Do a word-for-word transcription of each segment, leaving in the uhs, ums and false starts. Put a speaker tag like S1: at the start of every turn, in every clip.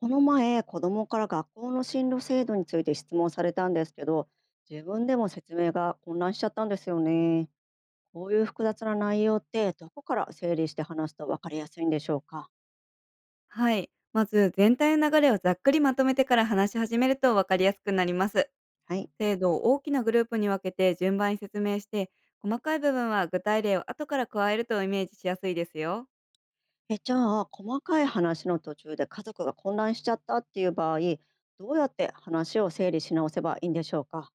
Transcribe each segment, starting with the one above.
S1: この前、子どもから学校の進路制度について質問されたんですけど、自分でも説明が混乱しちゃったんですよね。こういう複雑な内容って、どこから整理して話すと分かりやすいんでしょうか。
S2: はい。まず、全体の流れをざっくりまとめてから話し始めると分かりやすくなります。
S1: はい。
S2: 制度を大きなグループに分けて順番に説明して、細かい部分は具体例を後から加えるとイメージしやすいですよ。
S1: え、じゃあ、細かい話の途中で家族が混乱しちゃったっていう場合、どうやって話を整理し直せばいいんでしょうか。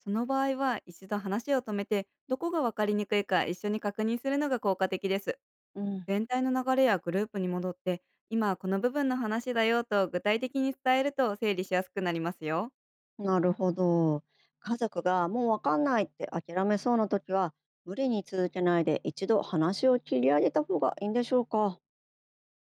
S2: その場合は、一度話を止めて、どこが分かりにくいか一緒に確認するのが効果的です。
S1: うん。
S2: 全体の流れやグループに戻って、今はこの部分の話だよと具体的に伝えると整理しやすくなりますよ。
S1: なるほど。家族がもう分かんないって諦めそうな時は、無理に続けないで一度話を切り上げた方がいいんでしょうか。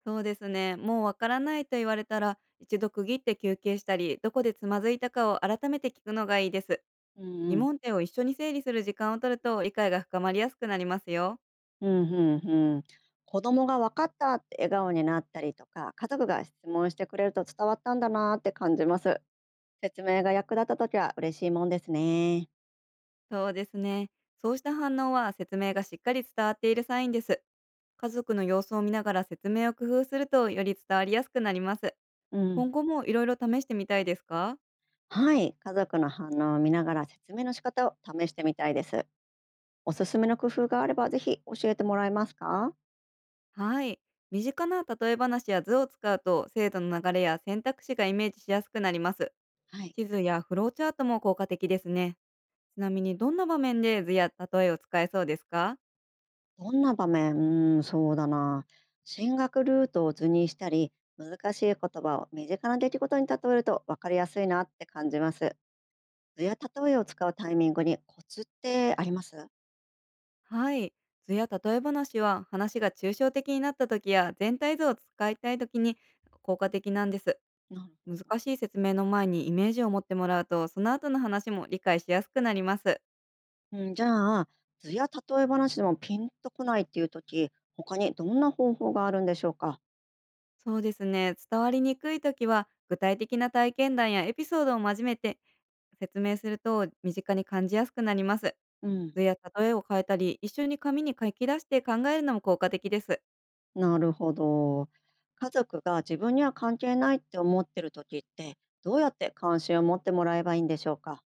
S2: そうですね。もうわからないと言われたら、一度区切って休憩したり、どこでつまずいたかを改めて聞くのがいいです。
S1: うん
S2: 疑
S1: うん。
S2: 問点を一緒に整理する時間を取ると理解が深まりやすくなりますよ。
S1: うんうんうん。子供が「分かった」って笑顔になったりとか、家族が質問してくれると伝わったんだなって感じます。説明が役立った時は嬉しいもんですね。
S2: そうですね。そうした反応は説明がしっかり伝わっているサインです。家族の様子を見ながら説明を工夫するとより伝わりやすくなります。
S1: う
S2: 今
S1: ん。
S2: 後もいろいろ試してみたいですか？
S1: はい。家族の反応を見ながら説明の仕方を試してみたいです。おすすめの工夫があればぜひ教えてもらえますか？
S2: はい。身近な例え話や図を使うと制度の流れや選択肢がイメージしやすくなります。
S1: はい。
S2: 地図やフローチャートも効果的ですね。ちなみにどんな場面で図や例えを使えそうですか？
S1: どんな場面？うん、そうだな。進学ルートを図にしたり、難しい言葉を身近な出来事に例えると分かりやすいなって感じます。図や例えを使うタイミングにコツってあります？
S2: はい。図や例え話は、話が抽象的になった時や全体図を使いたい時に効果的なんです。
S1: なるほど。
S2: 難しい説明の前にイメージを持ってもらうと、その後の話も理解しやすくなります。
S1: うん、じゃあ、図や例え話でもピンとこないっていうとき、他にどんな方法があるんでしょうか？
S2: そうですね。伝わりにくい時は、具体的な体験談やエピソードを交えて説明すると身近に感じやすくなります。
S1: うん、
S2: 図や例えを変えたり、一緒に紙に書き出して考えるのも効果的です。
S1: なるほど。家族が自分には関係ないって思ってるときって、どうやって関心を持ってもらえばいいんでしょうか？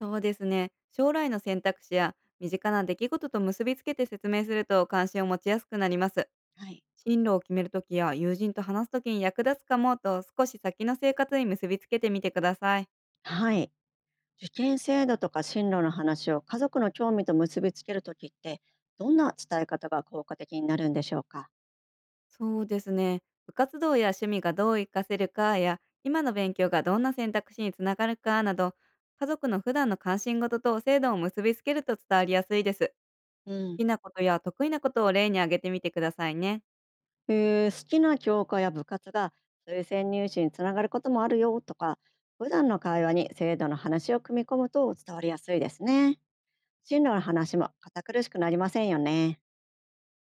S2: そうですね。将来の選択肢や身近な出来事と結びつけて説明すると関心を持ちやすくなります。
S1: はい。
S2: 進路を決めるときや友人と話すときに役立つかもと、少し先の生活に結びつけてみてください。
S1: はい。受験制度とか進路の話を家族の興味と結びつけるときって、どんな伝え方が効果的になるんでしょうか？
S2: そうですね。部活動や趣味がどう活かせるかや、今の勉強がどんな選択肢につながるかなど、家族の普段の関心事と制度を結びつけると伝わりやすいです。
S1: うん。
S2: きなことや得意なことを例に挙げてみてくださいね。
S1: えー好きな教科や部活が推薦入試につながることもあるよとか、普段の会話に制度の話を組み込むと伝わりやすいですね。進路の話も堅苦しくなりませんよね。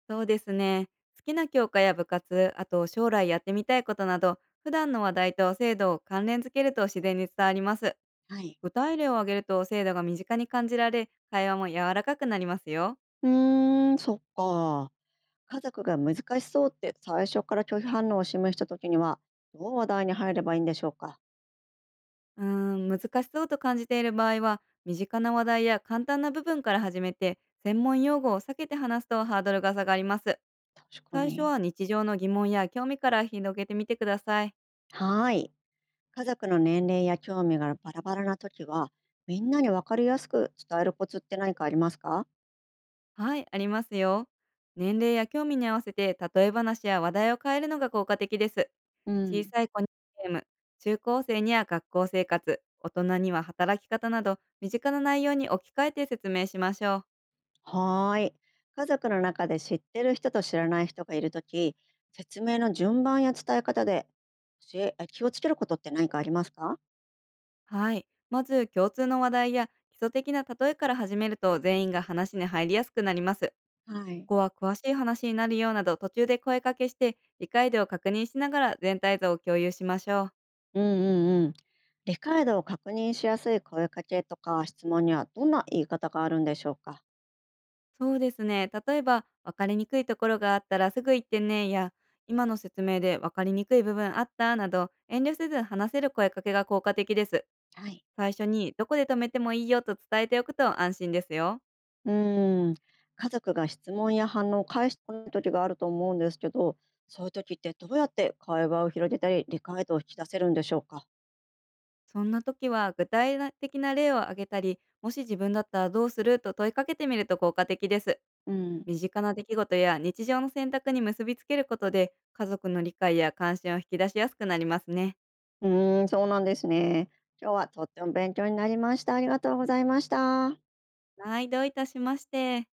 S2: そうですね。好きな教科や部活、あと将来やってみたいことなど、普段の話題と制度を関連づけると自然に伝わります。
S1: はい。
S2: 具体例を挙げると制度が身近に感じられ、会話も柔らかくなりますよ。
S1: うーん、そっか。家族が難しそうって最初から拒否反応を示した時には、どう話題に入ればいいんでしょうか？
S2: うーん、難しそうと感じている場合は、身近な話題や簡単な部分から始めて、専門用語を避けて話すとハードルが下がります。
S1: 確か
S2: 最初
S1: に。
S2: は日常の疑問や興味から広げてみてください。
S1: はい。家族の年齢や興味がバラバラな時は、みんなに分かりやすく伝えるコツって何かありますか？
S2: はい、ありますよ。年齢や興味に合わせて例え話や話題を変えるのが効果的です。
S1: う
S2: 小
S1: ん。
S2: さい子にゲーム、中高生には学校生活、大人には働き方など、身近な内容に置き換えて説明しましょう。
S1: はーい。家族の中で知ってる人と知らない人がいるとき、説明の順番や伝え方で教えあ気をつけることって何かありますか？
S2: はい、まず共通の話題や基礎的な例えから始めると、全員が話に入りやすくなります。
S1: は
S2: こ
S1: い。
S2: こは詳しい話になるようなど、途中で声かけして理解度を確認しながら全体像を共有しましょう。
S1: うんうんうん。理解度を確認しやすい声かけとか質問にはどんな言い方があるんでしょうか？
S2: そうですね。例えば、分かりにくいところがあったらすぐ言ってねや、今の説明で分かりにくい部分あったなど、遠慮せず話せる声かけが効果的です。
S1: はい。
S2: 最初に、どこで止めてもいいよと伝えておくと安心ですよ。
S1: うーん。家族が質問や反応を返してこない時があると思うんですけど、そういう時ってどうやって会話を広げたり理解度を引き出せるんでしょうか？
S2: そんな時は、具体的な例を挙げたり、もし自分だったらどうすると問いかけてみると効果的です。
S1: うん。
S2: 身近な出来事や日常の選択に結びつけることで、家族の理解や関心を引き出しやすくなりますね。
S1: うーん、そうなんですね。今日はとっても勉強になりました。ありがとうございました。
S2: はい、どういたしまして。